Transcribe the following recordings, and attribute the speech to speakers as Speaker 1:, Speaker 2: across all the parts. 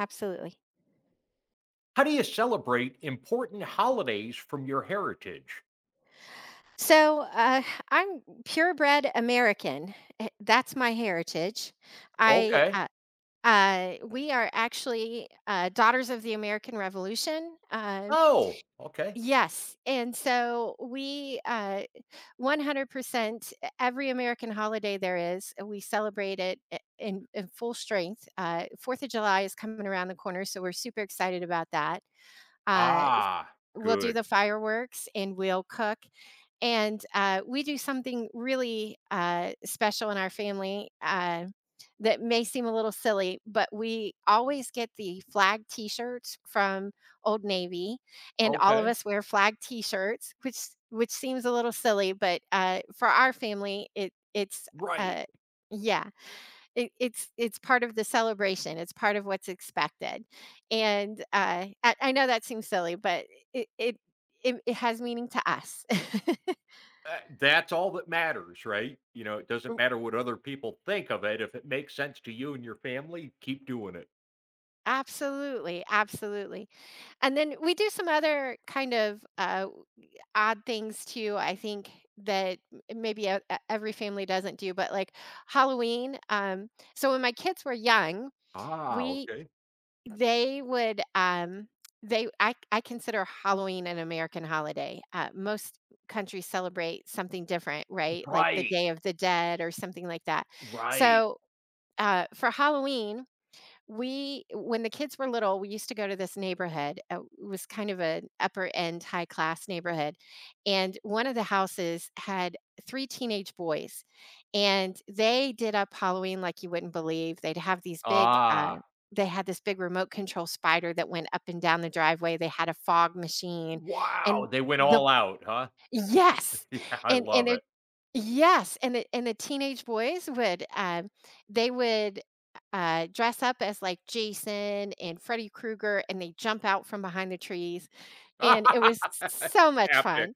Speaker 1: Absolutely.
Speaker 2: How do you celebrate important holidays from your heritage?
Speaker 1: So I'm purebred American. That's my heritage. I
Speaker 2: Okay.
Speaker 1: We are actually daughters of the American Revolution.
Speaker 2: Oh, okay.
Speaker 1: Yes, and so we 100% every American holiday there is, we celebrate it in full strength. Fourth of July is coming around the corner, so we're super excited about that. Uh,
Speaker 2: Ah,
Speaker 1: we'll do
Speaker 2: good.
Speaker 1: the fireworks and we'll cook. And, we do something really, special in our family, that may seem a little silly, but we always get the flag T-shirts from Old Navy, and all of
Speaker 2: Okay.
Speaker 1: us wear flag T-shirts, which seems a little silly, but, for our family, it's,
Speaker 2: Right.
Speaker 1: uh yeah, it's part of the celebration, it's part of what's expected, and, I know that seems silly, but it it it has meaning to us.
Speaker 2: That's all that matters, right? It doesn't matter what other people think of it. If it makes sense to you and your family, keep doing it.
Speaker 1: Absolutely, absolutely. And then we do some other kind of, odd things too, I think that m maybe every family doesn't do, but, like, Halloween. So when my kids were young,
Speaker 2: Ah,
Speaker 1: we
Speaker 2: okay.
Speaker 1: they would, they I consider Halloween an American holiday. Most countries celebrate something different, right? Like the
Speaker 2: Right.
Speaker 1: Day of the Dead or something like that.
Speaker 2: Right.
Speaker 1: So, for Halloween we when the kids were little, we used to go to this neighborhood. It was kind of an upper end, high class neighborhood, and one of the houses had three teenage boys, and they did up Halloween like you wouldn't believe. They'd have these big,
Speaker 2: Ah,
Speaker 1: they had this big remote control spider that went up and down the driveway, they had a fog machine,
Speaker 2: wow.
Speaker 1: and
Speaker 2: They went
Speaker 1: the
Speaker 2: all out, huh?
Speaker 1: yes,
Speaker 2: Yeah, I
Speaker 1: and
Speaker 2: love
Speaker 1: they're
Speaker 2: it.
Speaker 1: yes, and the teenage boys would dress up as, like, Jason and Freddy Krueger, and they jump out from behind the trees, and it was so much
Speaker 2: Epic.
Speaker 1: fun.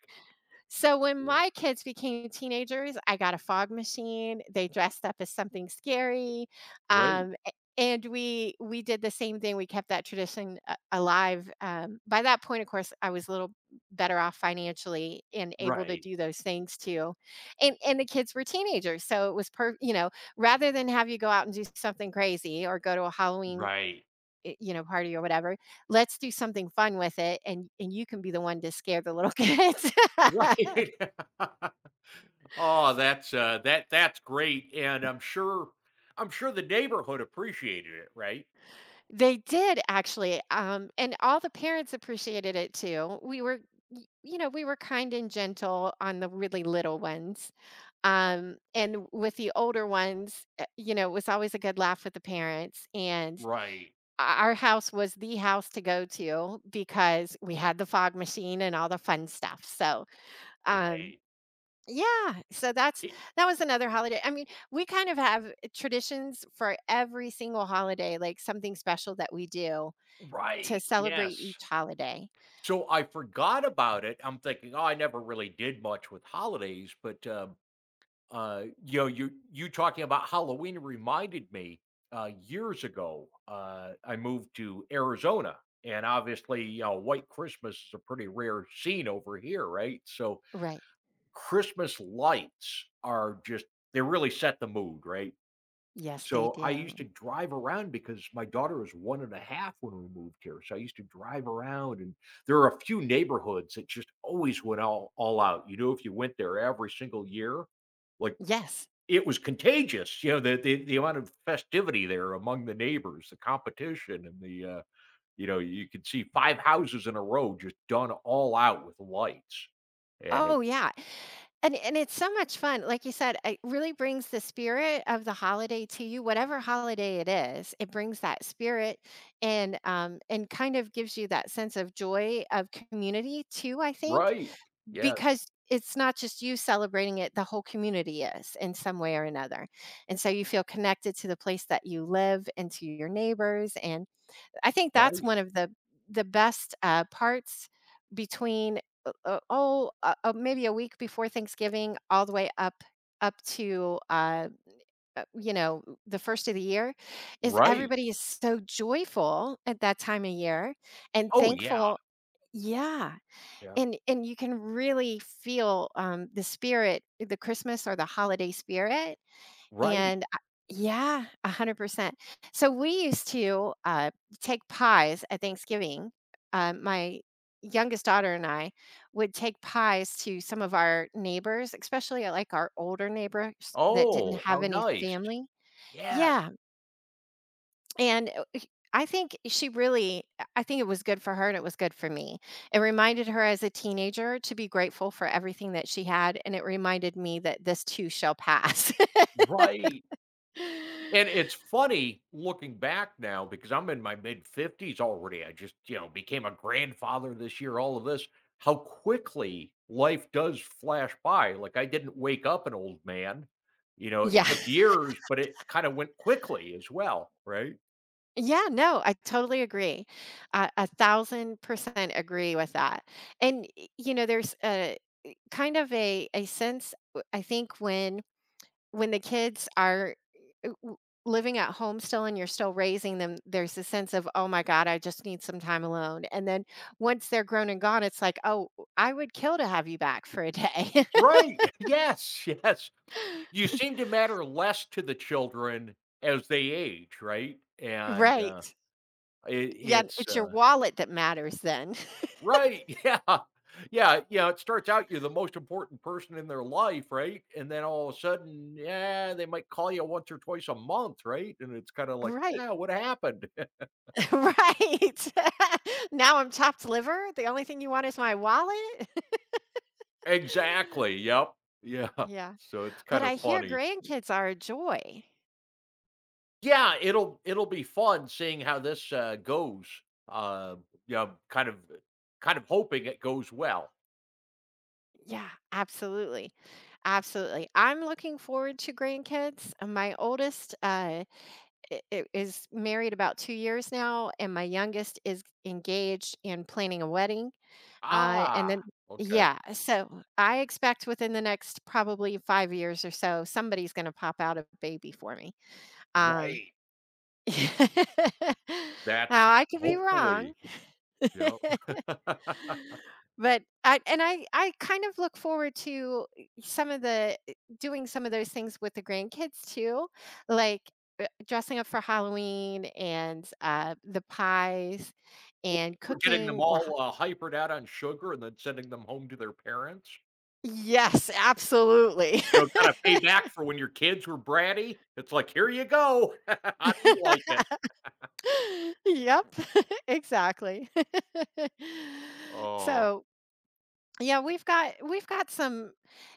Speaker 1: So when
Speaker 2: Yeah.
Speaker 1: my kids became teenagers, I got a fog machine. They dressed up as something scary,
Speaker 2: Right.
Speaker 1: um, a- and we did the same thing. We kept that tradition alive. By that point, of course, I was a little better off financially and able to
Speaker 2: Right.
Speaker 1: do those things too. And the kids were teenagers, so it was per you know rather than have you go out and do something crazy or go to a Halloween
Speaker 2: Right.
Speaker 1: party or whatever. Let's do something fun with it, and you can be the one to scare the little kids.
Speaker 2: Right. Oh, that's great, and I'm sure the neighborhood appreciated it, right?
Speaker 1: They did actually, and all the parents appreciated it too. We were y you know, we were kind and gentle on the really little ones, and with the older ones, it was always a good laugh with the parents, and
Speaker 2: Right,
Speaker 1: o our house was the house to go to because we had the fog machine and all the fun stuff. So, um
Speaker 2: right.
Speaker 1: yeah, so that's
Speaker 2: It
Speaker 1: that was another holiday. I mean, we kind of have traditions for every single holiday, like something special that we do to
Speaker 2: right,
Speaker 1: celebrate
Speaker 2: yes.
Speaker 1: each holiday.
Speaker 2: So, I forgot about it. I'm thinking, "Oh, I never really did much with holidays," but you know, you talking about Halloween reminded me, years ago, I moved to Arizona, and obviously, you know, White Christmas is a pretty rare scene over here, right? So,
Speaker 1: Right.
Speaker 2: Christmas lights are just they really set the mood, right?
Speaker 1: Yes, they
Speaker 2: So I used to
Speaker 1: do.
Speaker 2: drive around because my daughter was one and a half when we moved here, so I used to drive around, and there are a few neighborhoods that just always went all out. You know, if you went there every single year, like,
Speaker 1: Yes.
Speaker 2: it was contagious, you know, the amount of festivity there among the neighbors, the competition, and you know, you could see 5 houses in a row just done all out with lights, and it
Speaker 1: Oh,
Speaker 2: was
Speaker 1: yeah. And it's so much fun. Like you said, it really brings the spirit of the holiday to you, whatever holiday it is. It brings that spirit, and kind of gives you that sense of joy of community too, I think,
Speaker 2: right. Yeah.
Speaker 1: because it's not just you celebrating it, the whole community is in some way or another. And so you feel connected to the place that you live and to your neighbors, and I think that's
Speaker 2: Right,
Speaker 1: one of the best, parts between, oh, maybe a week before Thanksgiving all the way up to, uh, you know, the 1st of the year, is
Speaker 2: right.
Speaker 1: everybody is so joyful at that time of year and
Speaker 2: Oh, yeah.
Speaker 1: thankful. Yeah,
Speaker 2: Yeah.
Speaker 1: and you can really feel, the Christmas or the holiday spirit.
Speaker 2: Right.
Speaker 1: And I Yeah, 100%. So, we used to, take pies at Thanksgiving. My youngest daughter and I would take pies to some of our neighbors, especially, like, our older neighbors that didn't
Speaker 2: Oh, how
Speaker 1: have any
Speaker 2: nice.
Speaker 1: family.
Speaker 2: Yeah,
Speaker 1: Yeah, and o h I think she really I think it was good for her, and it was good for me. It reminded her as a teenager to be grateful for everything that she had, and it reminded me that this too shall pass.
Speaker 2: right. And it's funny looking back now because I'm in my mid-50s already. I just, you know, became a grandfather this year, all of this, how quickly life does flash by. Like, I didn't wake up an old man. You know, it
Speaker 1: Yeah.
Speaker 2: took years, but it kind of went quickly as well, right?
Speaker 1: Yeah, no, I totally agree. A 1,000% agree with that. And, there's a kind of a sense, w I think when the kids are, eh, w living at home still, and you're still raising them, there's a sense of, "Oh my god, I just need some time alone." And then once they're grown and gone, it's like, "Oh, I would kill to have you back for a day."
Speaker 2: Right. Yes, yes. You seem to matter less to the children as they age, right? And,
Speaker 1: Right.
Speaker 2: it
Speaker 1: Yeah,
Speaker 2: it's,
Speaker 1: it's your
Speaker 2: uh
Speaker 1: wallet that matters then.
Speaker 2: Right, yeah. Yeah, yeah, it starts out you're the most important person in their life, right? And then all of a sudden, yeah, they might call you once or twice a month, right? And it's kinda like,
Speaker 1: Right.
Speaker 2: "Yeah, what happened?"
Speaker 1: Right. Now I'm chopped liver. The only thing you want is my wallet.
Speaker 2: Exactly, yep. Yeah.
Speaker 1: Yeah.
Speaker 2: So it's
Speaker 1: But
Speaker 2: kind of
Speaker 1: I hear
Speaker 2: funny.
Speaker 1: grandkids are a joy.
Speaker 2: Yeah, it'll be fun seeing how this goes. Uh, yeah, I'm kind of hoping it goes well.
Speaker 1: Yeah, absolutely. Absolutely. I'm looking forward to grandkids. My oldest is married about 2 years now, and my youngest is engaged and planning a wedding. And
Speaker 2: Ah,
Speaker 1: then,
Speaker 2: okay,
Speaker 1: yeah, so I expect within the next probably 5 years or so, somebody's going to pop out a baby for me. Um,
Speaker 2: right. That's
Speaker 1: Now I could be wrong,
Speaker 2: hopefully Yep.
Speaker 1: but I and I I kind of look forward to eh, some of the eh, doing some of those things with the grandkids too, like, dressing up for Halloween and, the pies
Speaker 2: Or
Speaker 1: and
Speaker 2: we're getting them
Speaker 1: cooking the ha.
Speaker 2: all, hypered out on sugar and then sending them home to their parents.
Speaker 1: Yes, absolutely.
Speaker 2: You know, kinda pay back for when your kids were bratty. It's like, "Here you go. How do you like it?"
Speaker 1: Yep, exactly.
Speaker 2: Oh.
Speaker 1: So, yeah, we've got some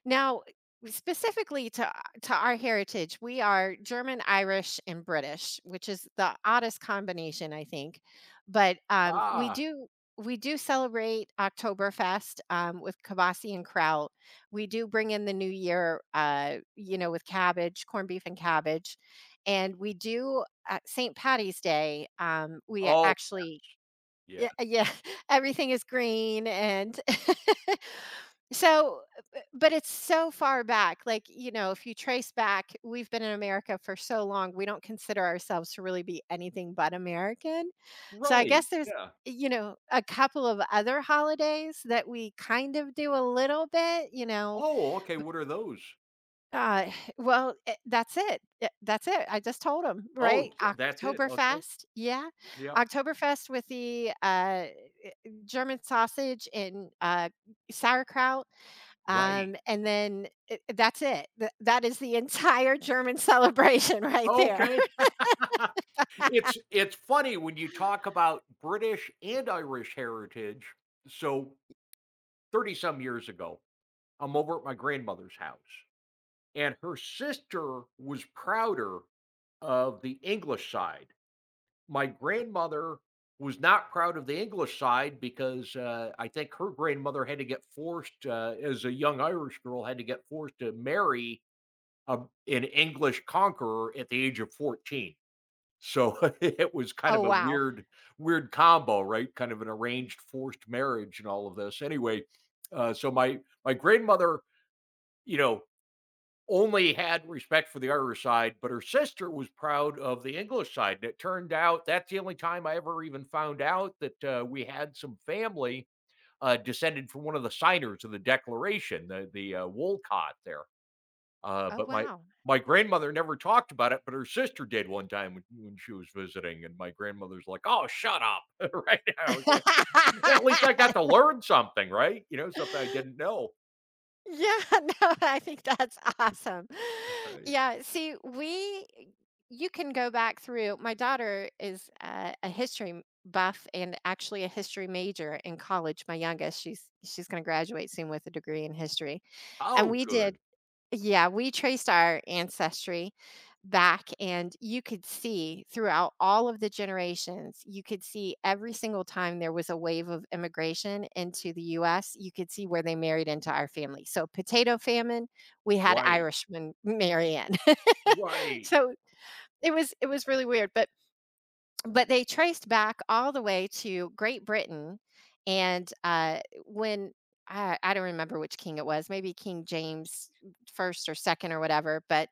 Speaker 1: now specifically to our heritage. We are German, Irish, and British, which is the oddest combination, I think. But we
Speaker 2: Ah.
Speaker 1: do we do celebrate Oktoberfest, with kibasi and kraut. We do bring in the new year, with cabbage, corned beef, and cabbage, and we do St. Patty's Day. We
Speaker 2: Oh,
Speaker 1: actually
Speaker 2: yeah.
Speaker 1: yeah, yeah, everything is green and so, b but it's so far back, like, you know, if you trace back, we've been in America for so long, we don't consider ourselves to really be anything but American. So I
Speaker 2: Right,
Speaker 1: guess there's,
Speaker 2: yeah.
Speaker 1: a couple of other holidays that we kind of do a little bit,
Speaker 2: Oh, okay, what are those?
Speaker 1: uh, well, that's it, that's it, I just told 'em,
Speaker 2: Oh,
Speaker 1: right?
Speaker 2: j that's it, okay.
Speaker 1: Oktoberfest, yeah,
Speaker 2: Yeah.
Speaker 1: Oktoberfest with the, German sausage and, sauerkraut,
Speaker 2: Right.
Speaker 1: and then I that's it. Th that is the entire German celebration right there.
Speaker 2: Okay. It's funny when you talk about British and Irish heritage. So 30 some years ago, I'm over at my grandmother's house, and her sister was prouder of the English side. My grandmother was not proud of the English side because I think her grandmother had to get forced, as a young Irish girl, had to get forced to marry a, an English conqueror at the age of 14. So, it was kind
Speaker 1: Oh,
Speaker 2: of a
Speaker 1: wow.
Speaker 2: weird combo, right? Kind of an arranged forced marriage and all of this. Anyway, so my grandmother, you know, only had respect for the Irish side, but her sister was proud of the English side, and it turned out that's the only time I ever even found out that, we had some family, descended from one of the signers of the Declaration, the Wolcott there. Uh,
Speaker 1: Oh,
Speaker 2: but my
Speaker 1: wow.
Speaker 2: my grandmother never talked about it, but her sister did one time when she was visiting, and my grandmother's like, "Oh, shut up!" right now, it's like at least I got to learn something, right? You know, something I didn't know.
Speaker 1: Yeah, no, I think that's awesome.
Speaker 2: Right?
Speaker 1: Yeah, see, we you can go back through my daughter is a history buff and actually a history major in college, my youngest. She's gonna graduate soon with a degree in history. And
Speaker 2: Oh,
Speaker 1: we did
Speaker 2: good.
Speaker 1: Yeah, we traced our ancestry back, and you could see throughout all of the generations, you could see every single time there was a wave of immigration into the US, you could see where they married into our family. So, potato famine, we had
Speaker 2: Right.
Speaker 1: Irishmen marry in.
Speaker 2: Right.
Speaker 1: So, it was really weird, but they traced back all the way to Great Britain. And when I don't remember which king it was, maybe King James first or second or whatever, but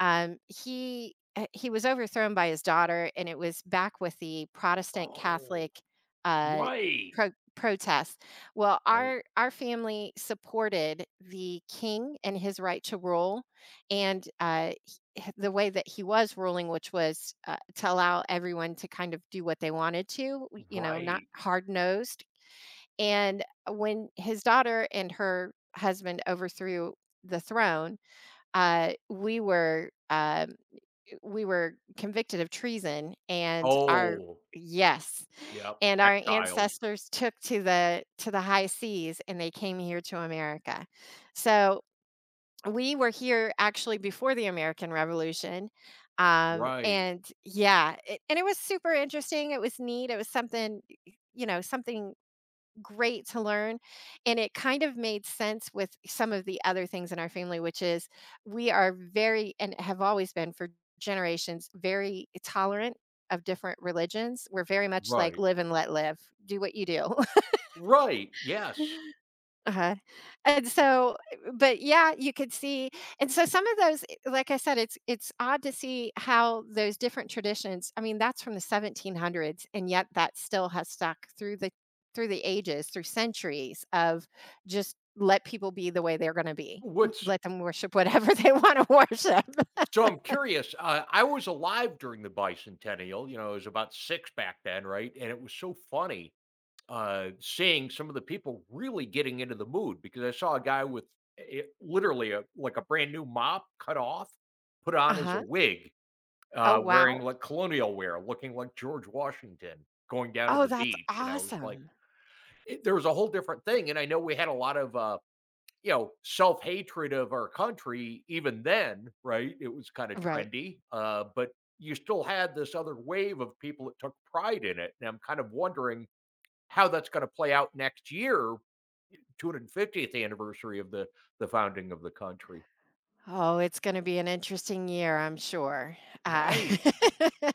Speaker 1: he was overthrown by his daughter, and it was back with the Protestant
Speaker 2: Oh,
Speaker 1: Catholic uh,
Speaker 2: right.
Speaker 1: protests. Well,
Speaker 2: Right.
Speaker 1: our family supported the king and his right to rule, and the way that he was ruling, which was to allow everyone to kind of do what they wanted to, not
Speaker 2: Right.
Speaker 1: hard nosed. And when his daughter and her husband overthrew the throne, uh, we were um, we were convicted of treason, and our
Speaker 2: Oh,
Speaker 1: yes,
Speaker 2: yep.
Speaker 1: and our
Speaker 2: Exiled.
Speaker 1: ancestors took to the high seas, and they came here to America. So we were here actually before the American Revolution,
Speaker 2: Right.
Speaker 1: and yeah, it and it was super interesting, it was neat, it was something great to learn, and it kind of made sense with some of the other things in our family, which is we are very and have always been for generations, very tolerant of different religions. We're very much like
Speaker 2: Right.
Speaker 1: live and let live, do what you do.
Speaker 2: Right. Yes.
Speaker 1: Uh-huh. And so, but yeah, you could see, and so some of those I like I said, it's odd to see how those different traditions I mean, that's from the 1700s, and yet that still has stuck through the ages, through centuries of just let people be the way they're gonna be. Y
Speaker 2: What's
Speaker 1: Let them worship whatever they wanna worship.
Speaker 2: So I'm curious. I was alive during the bicentennial. You know, I was about six back then, right? And it was so funny seeing some of the people really getting into the mood because I saw a guy with it, literally a, like a brand new mop cut off, put on as a
Speaker 1: Uh-huh.
Speaker 2: wig,
Speaker 1: Oh,
Speaker 2: wearing
Speaker 1: wow.
Speaker 2: like colonial wear, looking like George Washington, going down to
Speaker 1: Oh,
Speaker 2: the
Speaker 1: that's
Speaker 2: beach. And I was like,
Speaker 1: awesome.
Speaker 2: it, there was a whole different thing. And I know we had a lot of you know, self hatred of our country, even then, right? It was kind of
Speaker 1: Right.
Speaker 2: trendy, but you still had this other wave of people that took pride in it. And I'm kind of wondering how that's going to play out next year, 250th anniversary of the founding of the country.
Speaker 1: Oh, it's gonna be an interesting year, I'm sure. Uh
Speaker 2: Right.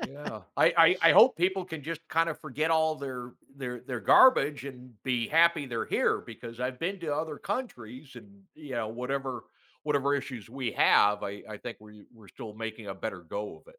Speaker 2: Yeah. I hope people can just kinda forget all their garbage and be happy they're here because I've been to other countries and, you know, whatever issues we have, I think we're still making a better go of it.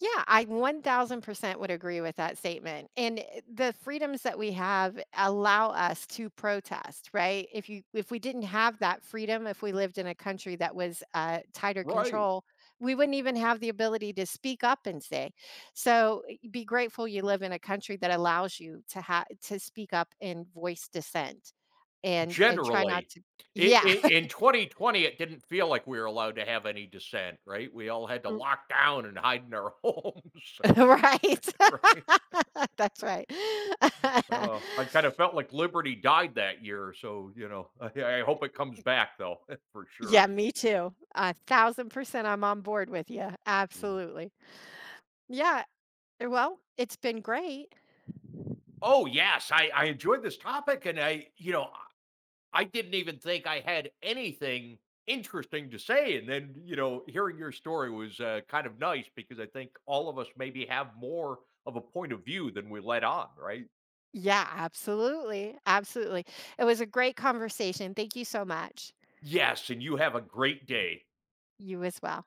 Speaker 1: Yeah, I 1,000% would agree with that statement. And the freedoms that we have allow us to protest, right? If we didn't have that freedom, if we lived in a country that was tighter
Speaker 2: Right.
Speaker 1: control, we wouldn't even have the ability to speak up and say. So be grateful you live in a country that allows you to have to speak up and voice dissent, and try not
Speaker 2: Generally.
Speaker 1: to.
Speaker 2: I
Speaker 1: Yeah,
Speaker 2: in 2020, it didn't feel like we were allowed to have any dissent, right? We all had to lock down and hide in our homes,
Speaker 1: right.
Speaker 2: right?
Speaker 1: That's right.
Speaker 2: Oh, I kinda felt like liberty died that year, so, you know, I hope it comes back though, for sure.
Speaker 1: Yeah, me too. 1,000% I'm on board with you.
Speaker 2: Yeah.
Speaker 1: Absolutely. Yeah, well, it's been great.
Speaker 2: Oh, yes. I enjoyed this topic, and I, you know, I didn't even think I had anything interesting to say. And then, you know, hearing your story was kind of nice because I think all of us maybe have more of a point of view than we let on, right?
Speaker 1: Yeah, absolutely, absolutely. It was a great conversation. Thank you so much.
Speaker 2: Yes. And you have a great day.
Speaker 1: You as well.